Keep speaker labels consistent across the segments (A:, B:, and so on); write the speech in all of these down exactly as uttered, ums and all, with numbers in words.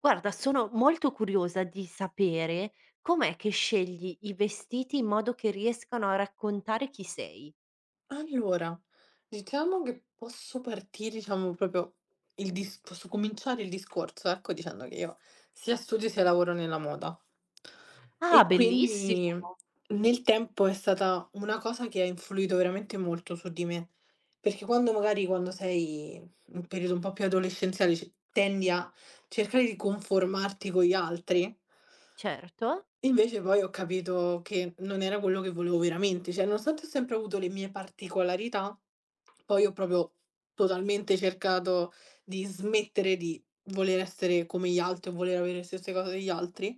A: Guarda, sono molto curiosa di sapere com'è che scegli i vestiti in modo che riescano a raccontare chi sei.
B: Allora, diciamo che posso partire, diciamo, proprio il dis posso cominciare il discorso, ecco, dicendo che io sia studio sia lavoro nella moda
A: Ah,
B: e quindi
A: bellissimo!
B: nel tempo è stata una cosa che ha influito veramente molto su di me, perché quando magari quando sei in un periodo un po' più adolescenziale, c tendi a cercare di conformarti con gli altri.
A: Certo.
B: Invece poi ho capito che non era quello che volevo veramente, cioè nonostante ho sempre avuto le mie particolarità, poi ho proprio totalmente cercato di smettere di voler essere come gli altri o voler avere le stesse cose degli altri.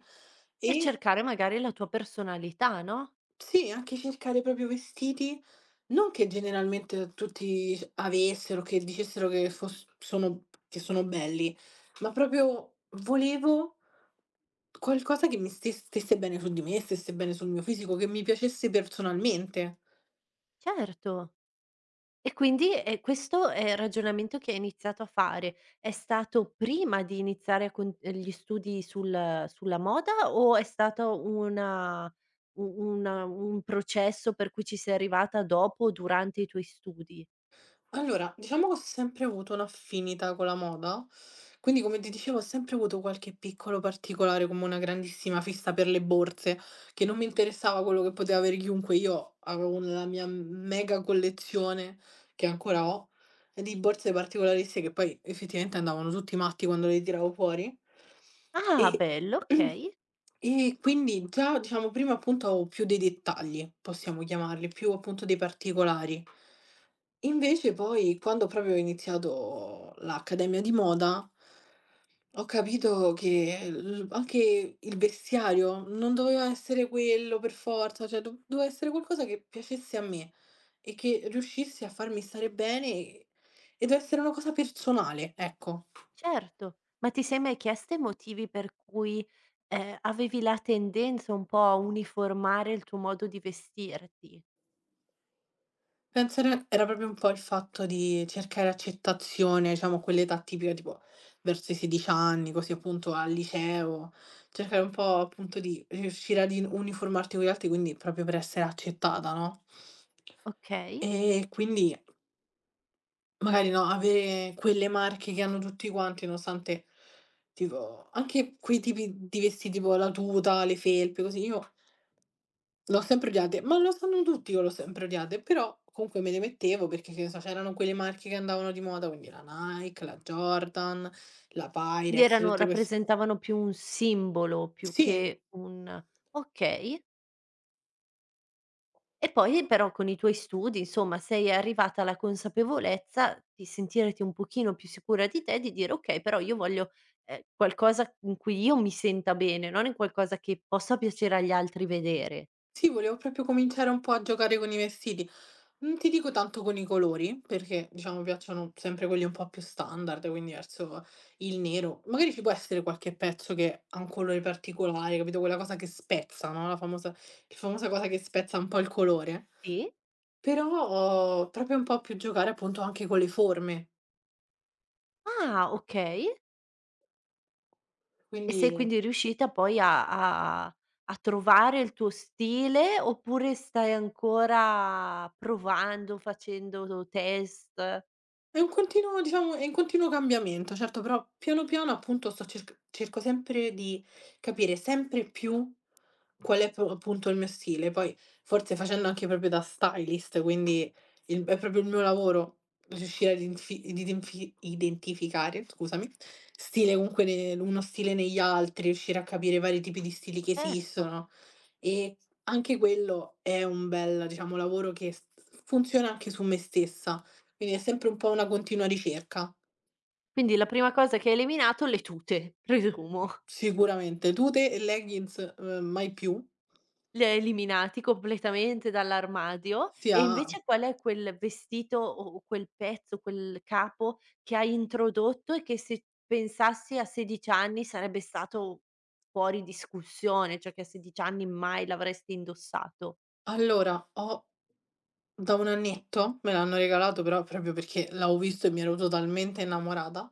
A: E
B: E
A: cercare magari la tua personalità, no,
B: sì, anche cercare proprio vestiti, non che generalmente tutti avessero, che dicessero che fos sono che sono belli, ma proprio volevo qualcosa che mi ste stesse bene su di me, stesse bene sul mio fisico, che mi piacesse personalmente.
A: certo. E quindi, ehm, questo è il ragionamento che hai iniziato a fare. È stato prima di iniziare con eh, gli studi sul sulla moda o è stato una u una un processo per cui ci sei arrivata dopo o durante i tuoi studi?
B: Allora, diciamo che ho sempre avuto un'affinità con la moda, quindi come ti dicevo ho sempre avuto qualche piccolo particolare, come una grandissima fissa per le borse, che non mi interessava quello che poteva avere chiunque. Io avevo una la mia mega collezione, che ancora ho, e di borse particolaristiche che poi effettivamente andavano tutti matti quando le tiravo fuori.
A: Ah,
B: E
A: bello, okay,
B: e quindi già, diciamo, prima appunto avevo più dei dettagli, possiamo chiamarli, più appunto dei particolari. Invece poi quando proprio ho iniziato l'accademia di moda, ho capito che l anche il vestiario non doveva essere quello per forza, cioè do doveva essere qualcosa che piacesse a me. E che riuscissi a farmi stare bene e ed essere una cosa personale, ecco.
A: certo. Ma ti sei mai chiesta i motivi per cui, ehm, avevi la tendenza un po' a uniformare il tuo modo di vestirti?
B: Penso era era proprio un po' il fatto di cercare accettazione, diciamo a quell'età tipica tipo verso i sedici anni, così appunto al liceo, cercare un po' appunto di riuscire ad in uniformarti con gli altri, quindi proprio per essere accettata, no.
A: Okay.
B: E quindi magari, no, avere quelle marche che hanno tutti quanti, nonostante tipo anche quei tipi di vestiti, tipo la tuta, le felpe, così, io l'ho sempre odiate, ma lo sanno tutti che l'ho sempre odiate, però comunque me le mettevo perché, che ne so, c'erano quelle marche che andavano di moda, quindi la Nike, la Jordan, la
A: Quindi
B: Pyrex,
A: erano
B: tutte queste.
A: rappresentavano più un simbolo più
B: Sì.
A: che un okay. E poi però con i tuoi studi, insomma, sei arrivata alla consapevolezza di sentirti un pochino più sicura di te, di dire: "Okay, però io voglio, ehm, qualcosa in cui io mi senta bene, non in qualcosa che possa piacere agli altri vedere."
B: Sì, volevo proprio cominciare un po' a giocare con i vestiti. Non ti dico tanto con i colori, perché diciamo mi piacciono sempre quelli un po' più standard, quindi verso il nero. Magari ci può essere qualche pezzo che ha un colore particolare, capito? Quella cosa che spezza, no, la famosa il famosa cosa che spezza un po' il colore.
A: Sì?
B: Però proprio un po' più giocare appunto anche con le forme,
A: Ah, okay. E sei
B: quindi
A: quindi riuscita poi a a a trovare il tuo stile, oppure stai ancora provando, facendo test?
B: è un continuo, diciamo è in continuo cambiamento, certo, però piano piano appunto sto cerc cerco sempre di capire sempre più qual è pro appunto il mio stile. Poi forse facendo anche proprio da stylist, quindi il è proprio il mio lavoro riuscire ad infi ad infi identificare, scusami, stile comunque ne uno stile negli altri, riuscire a capire i vari tipi di stili che
A: Certo.
B: esistono. E anche quello è un bel, diciamo, lavoro che s funziona anche su me stessa, quindi è sempre un po' una continua ricerca.
A: Quindi la prima cosa che hai eliminato le tute, presumo.
B: Sicuramente. Tute e leggings, uhm, mai più.
A: Li ha eliminati completamente dall'armadio e
B: Sia
A: invece qual è quel vestito o o quel pezzo, quel capo che hai introdotto e che se pensassi a sedici anni sarebbe stato fuori discussione, cioè che a sedici anni mai l'avresti indossato.
B: allora ho da un annetto, me l'hanno regalato, però proprio perché l'avevo visto e mi ero totalmente innamorata,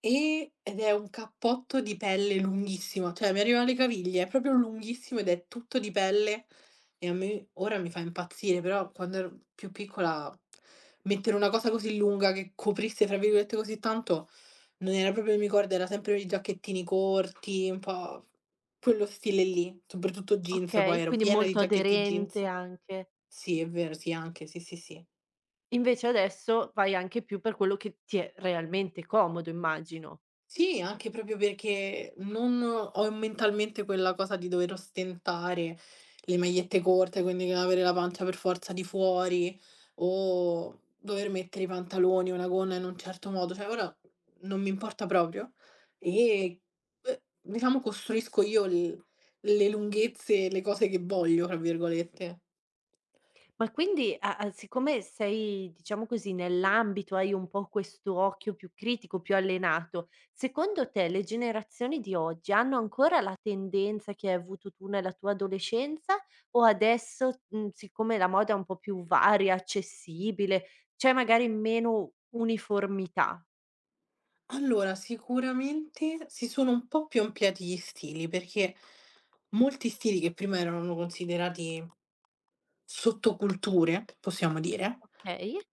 B: e ed è un cappotto di pelle lunghissimo, cioè mi arriva alle caviglie, è proprio lunghissimo ed è tutto di pelle e a me ora mi fa impazzire, però quando ero più piccola mettere una cosa così lunga che "coprisse" fra virgolette così tanto, non era proprio il mio ricordo, era sempre i giacchettini corti, un po' quello stile lì, soprattutto jeans, poi
A: Okay,
B: ero
A: quindi
B: piena di
A: molto
B: giacchetti
A: aderente
B: jeans.
A: anche.
B: Sì, è vero, sì, anche, sì, sì, sì.
A: Invece adesso vai anche più per quello che ti è realmente comodo, immagino.
B: Sì, anche proprio perché non ho mentalmente quella cosa di dover ostentare le magliette corte, quindi avere la pancia per forza di fuori o dover mettere i pantaloni o una gonna in un certo modo, cioè ora non mi importa proprio e, uhm, diciamo costruisco io l le lunghezze e le cose che "voglio", tra virgolette.
A: Ma quindi a a siccome sei, diciamo così, nell'ambito, hai un po' questo occhio più critico, più allenato, secondo te le generazioni di oggi hanno ancora la tendenza che hai avuto tu nella tua adolescenza o adesso, mhmm, siccome la moda è un po' più varia, accessibile, c'è magari meno uniformità?
B: Allora, sicuramente si sono un po' più ampliati gli stili, perché molti stili che prima erano considerati sottoculture, possiamo dire,
A: Okay.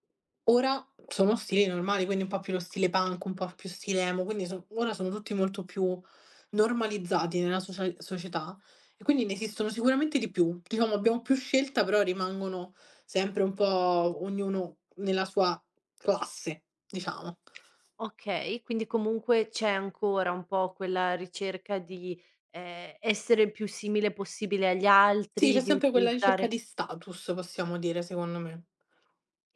B: ora sono stili normali, quindi un po' più lo stile punk, un po' più stile emo, quindi so- ora sono tutti molto più normalizzati nella socia- società e quindi ne esistono sicuramente di più. Diciamo, abbiamo più scelta, però rimangono sempre un po' ognuno nella sua classe, diciamo.
A: Okay, quindi comunque c'è ancora un po' quella ricerca di, ehm, essere il più simile possibile agli
B: Sì,
A: altri,
B: c'è
A: di
B: sempre quella ricerca
A: utilizzare.
B: di status, possiamo dire, secondo me.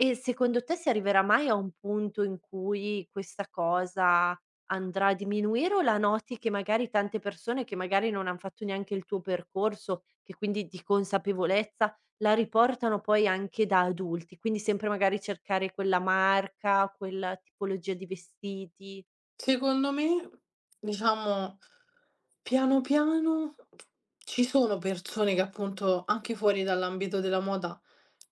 A: E secondo te si arriverà mai a un punto in cui questa cosa andrà a diminuire o la noti che magari tante persone che magari non han fatto neanche il tuo percorso, che quindi di consapevolezza la riportano poi anche da adulti, quindi sempre magari cercare quella marca, quella tipologia di vestiti?
B: Secondo me, diciamo, piano piano ci sono persone che appunto, anche fuori dall'ambito della moda,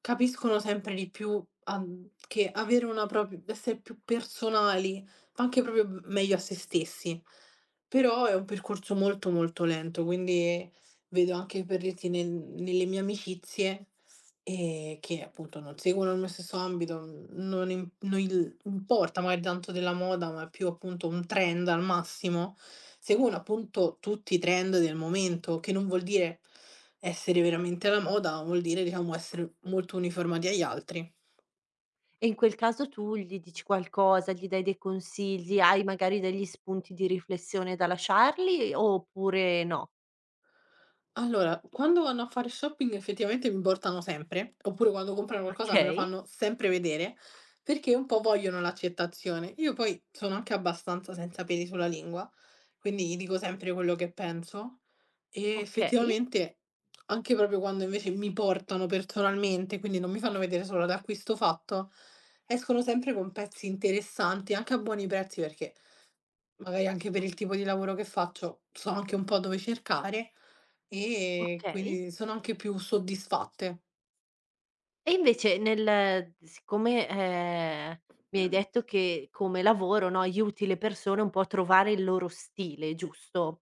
B: capiscono sempre di più an che avere una propr essere più personali, fa anche proprio m meglio a se stessi. Però è un percorso molto, molto lento, quindi vedo anche per dirti nel nelle mie amicizie. Ehm, che appunto non seguono il mio stesso ambito, mhmm, non im non il importa magari tanto della moda, ma è più appunto un trend al massimo. Seguono appunto tutti i trend del momento, che non vuol dire essere veramente alla moda, ma vuol dire, diciamo, essere molto uniformati agli altri.
A: E in quel caso tu gli dici qualcosa, gli dai dei consigli, hai magari degli spunti di riflessione da lasciargli oppure no?
B: Allora, quando vanno a fare shopping effettivamente mi portano sempre, oppure quando comprano qualcosa me lo
A: Okay,
B: fanno sempre vedere, perché un po' vogliono l'accettazione. Io poi sono anche abbastanza senza peli sulla lingua, quindi gli dico sempre quello che penso e
A: okay,
B: effettivamente anche proprio quando invece mi portano personalmente, quindi non mi fanno vedere solo l'acquisto fatto, escono sempre con pezzi interessanti, anche a buoni prezzi perché magari anche per il tipo di lavoro che faccio so anche un po' dove cercare. E
A: okay.
B: quindi sono anche più soddisfatte.
A: E invece nel siccome, ehm, mi hai detto che come lavoro, no, aiuti le persone un po' a trovare il loro stile, giusto?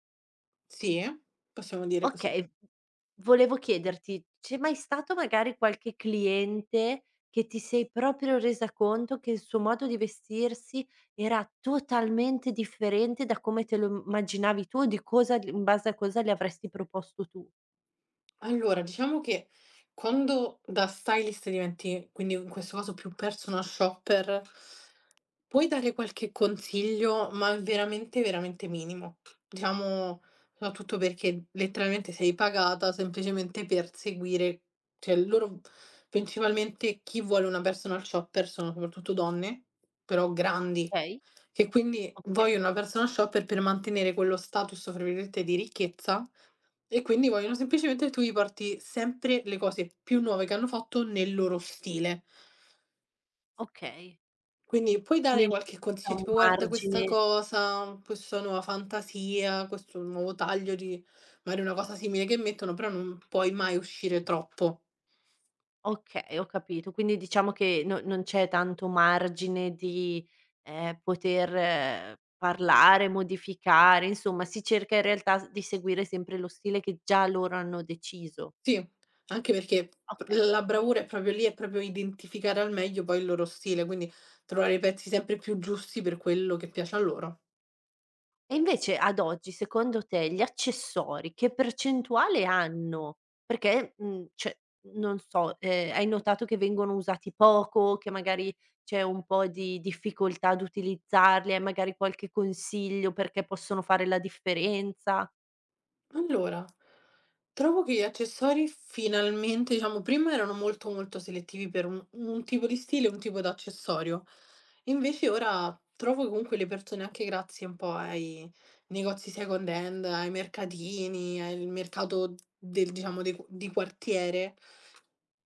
B: Sì, possiamo dire così.
A: Okay, volevo chiederti, c'è mai stato magari qualche cliente che ti sei proprio resa conto che il suo modo di vestirsi era totalmente differente da come te lo immaginavi tu o di cosa gl in base a cosa gli avresti proposto tu?
B: Allora, diciamo che quando da stylist diventi, quindi in questo caso più personal shopper, puoi dare qualche consiglio, ma veramente, veramente minimo. Diciamo, soprattutto perché letteralmente sei pagata semplicemente per seguire, cioè loro principalmente chi vuole una personal shopper sono soprattutto donne, però grandi.
A: Okay,
B: Che quindi
A: okay,
B: vogliono una persona shopper per mantenere quello status, fra virgolette, "di ricchezza", e quindi vogliono semplicemente che tu gli porti sempre le cose più nuove che hanno fatto nel loro stile.
A: okay.
B: Quindi puoi dare
A: Quindi
B: qualche
A: c'è
B: consiglio
A: un
B: tipo: "Guarda questa
A: margine.
B: cosa, questa nuova fantasia, questo nuovo taglio di" magari una cosa simile che mettono, però non puoi mai uscire troppo.
A: Okay, ho capito. Quindi diciamo che no non c'è tanto margine di, ehm, poter eh, parlare, modificare, insomma si cerca in realtà s di seguire sempre lo stile che già loro hanno deciso.
B: Sì, anche perché p
A: Okay.
B: la bravura è proprio lì, è proprio identificare al meglio poi il loro stile, quindi trovare i pezzi sempre più giusti per quello che piace a loro.
A: E invece ad oggi secondo te gli accessori che percentuale hanno? Perché, mhmm, cioè, non so, ehm, hai notato che vengono usati poco, che magari c'è un po' di difficoltà ad utilizzarli, hai magari qualche consiglio perché possono fare la differenza?
B: Allora, trovo che gli accessori finalmente, diciamo, prima erano molto, molto selettivi per un un tipo di stile, un tipo d'accessorio. Invece ora trovo che comunque le persone, anche grazie un po' ai negozi second hand, ai mercatini, al mercato del diciamo, de di quartiere,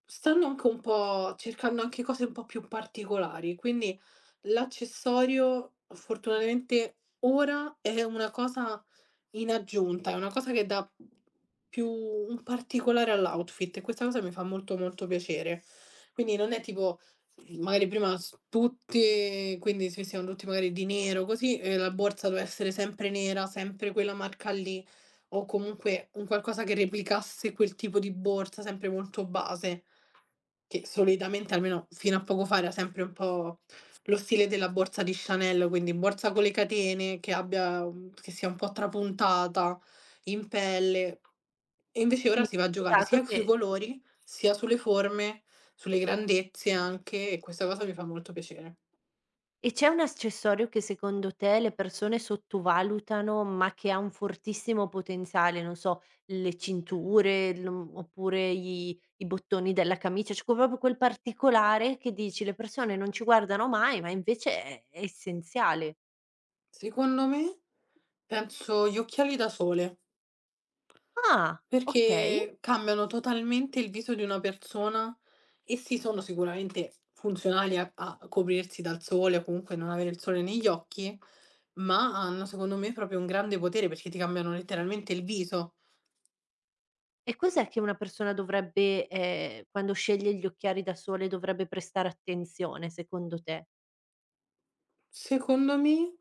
B: stanno anche un po' cercando anche cose un po' più particolari. Quindi l'accessorio, fortunatamente, ora è una cosa in aggiunta, è una cosa che dà più un particolare all'outfit, e questa cosa mi fa molto, molto piacere. Quindi non è tipo, magari prima s tutti quindi se vestiamo tutti magari di nero così, e la borsa doveva essere sempre nera, sempre quella marca lì, o comunque un qualcosa che replicasse quel tipo di borsa, sempre molto base, che solitamente, almeno fino a poco fa, era sempre un po' lo stile della borsa di Chanel, quindi borsa con le catene, che abbia un che sia un po' trapuntata, in pelle. E invece ora
A: Quindi
B: si va a
A: hai
B: giocare
A: notato
B: sia sui
A: che.
B: colori, sia sulle forme, sulle grandezze anche, e questa cosa mi fa molto piacere.
A: E c'è un accessorio che secondo te le persone sottovalutano, ma che ha un fortissimo potenziale? Non so, le cinture, l oppure gli i bottoni della camicia, cioè proprio quel particolare che dici: "Le persone non ci guardano mai, ma invece è è essenziale".
B: Secondo me, penso gli occhiali da sole.
A: Ah, okay.
B: Perché cambiano totalmente il viso di una persona e sì, sono sicuramente funzionali a a coprirsi dal sole o comunque non avere il sole negli occhi, ma hanno secondo me proprio un grande potere perché ti cambiano letteralmente il viso.
A: E cos'è che una persona dovrebbe ehm, quando sceglie gli occhiali da sole dovrebbe prestare attenzione secondo te?
B: Secondo me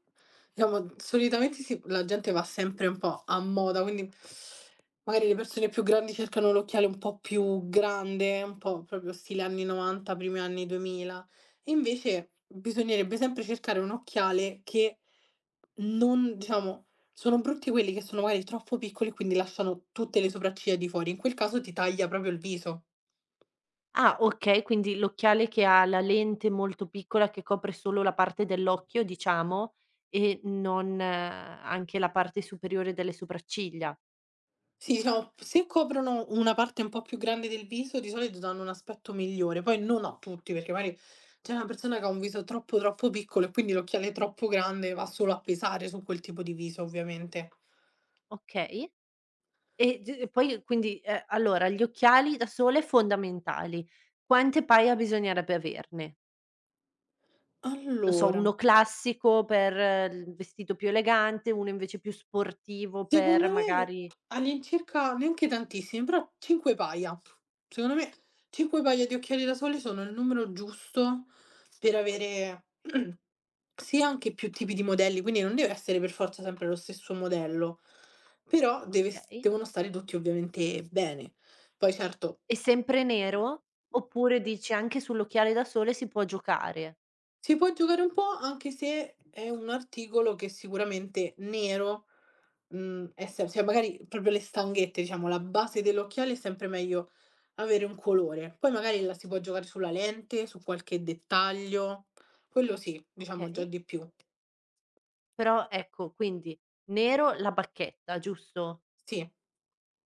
B: diciamo solitamente si la gente va sempre un po' a moda, quindi magari le persone più grandi cercano l'occhiale un po' più grande, un po' proprio stile anni 'novanta, primi anni duemila. E invece bisognerebbe sempre cercare un occhiale che non, diciamo, sono brutti quelli che sono magari troppo piccoli e quindi lasciano tutte le sopracciglia di fuori, in quel caso ti taglia proprio il viso.
A: Ah, okay, quindi l'occhiale che ha la lente molto piccola che copre solo la parte dell'occhio, diciamo, e non eh, anche la parte superiore delle sopracciglia.
B: Sì, diciamo, se coprono una parte un po' più grande del viso, di solito danno un aspetto migliore, poi non a tutti, perché magari c'è una persona che ha un viso troppo troppo piccolo e quindi l'occhiale troppo grande va solo a pesare su quel tipo di viso, ovviamente.
A: Okay. E d poi quindi, ehm, allora gli occhiali da sole fondamentali. Quante paia bisognerebbe averne? Non so, uno
B: Allora
A: classico per eh, il vestito più elegante, uno invece più sportivo per
B: Secondo me
A: magari
B: all'incirca neanche tantissimi, però cinque paia. Secondo me cinque paia di occhiali da sole sono il numero giusto per avere sì, anche più tipi di modelli, quindi non deve essere per forza sempre lo stesso modello, però deve s
A: okay.
B: devono stare tutti ovviamente bene. Poi certo
A: E sempre nero? Oppure dici anche sull'occhiale da sole si può giocare?
B: si può giocare un po', anche se è un articolo che sicuramente nero, mhmm, è sem cioè magari proprio le stanghette, diciamo, la base dell'occhiale è sempre meglio avere un colore. Poi magari la si può giocare sulla lente, su qualche dettaglio, quello sì, diciamo già
A: Okay.
B: di più.
A: Però ecco, quindi nero la bacchetta, giusto?
B: Sì,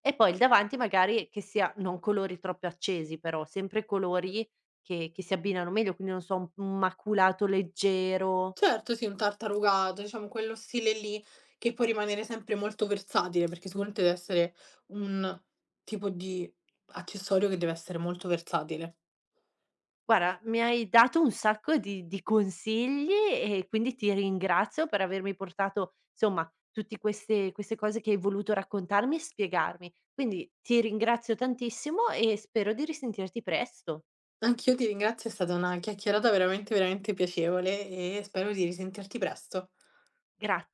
A: E poi il davanti magari che sia non colori troppo accesi però, sempre colori che che si abbinano meglio, quindi non so, un un maculato leggero.
B: certo sì, un tartarugato, diciamo quello stile lì che può rimanere sempre molto versatile, perché sicuramente deve essere un tipo di accessorio che deve essere molto versatile.
A: Guarda, mi hai dato un sacco di di consigli e quindi ti ringrazio per avermi portato, insomma, tutti queste queste cose che hai voluto raccontarmi e spiegarmi. Quindi ti ringrazio tantissimo e spero di risentirti presto.
B: Anch'io ti ringrazio, è stata una chiacchierata veramente, veramente piacevole e spero di risentirti presto.
A: Gra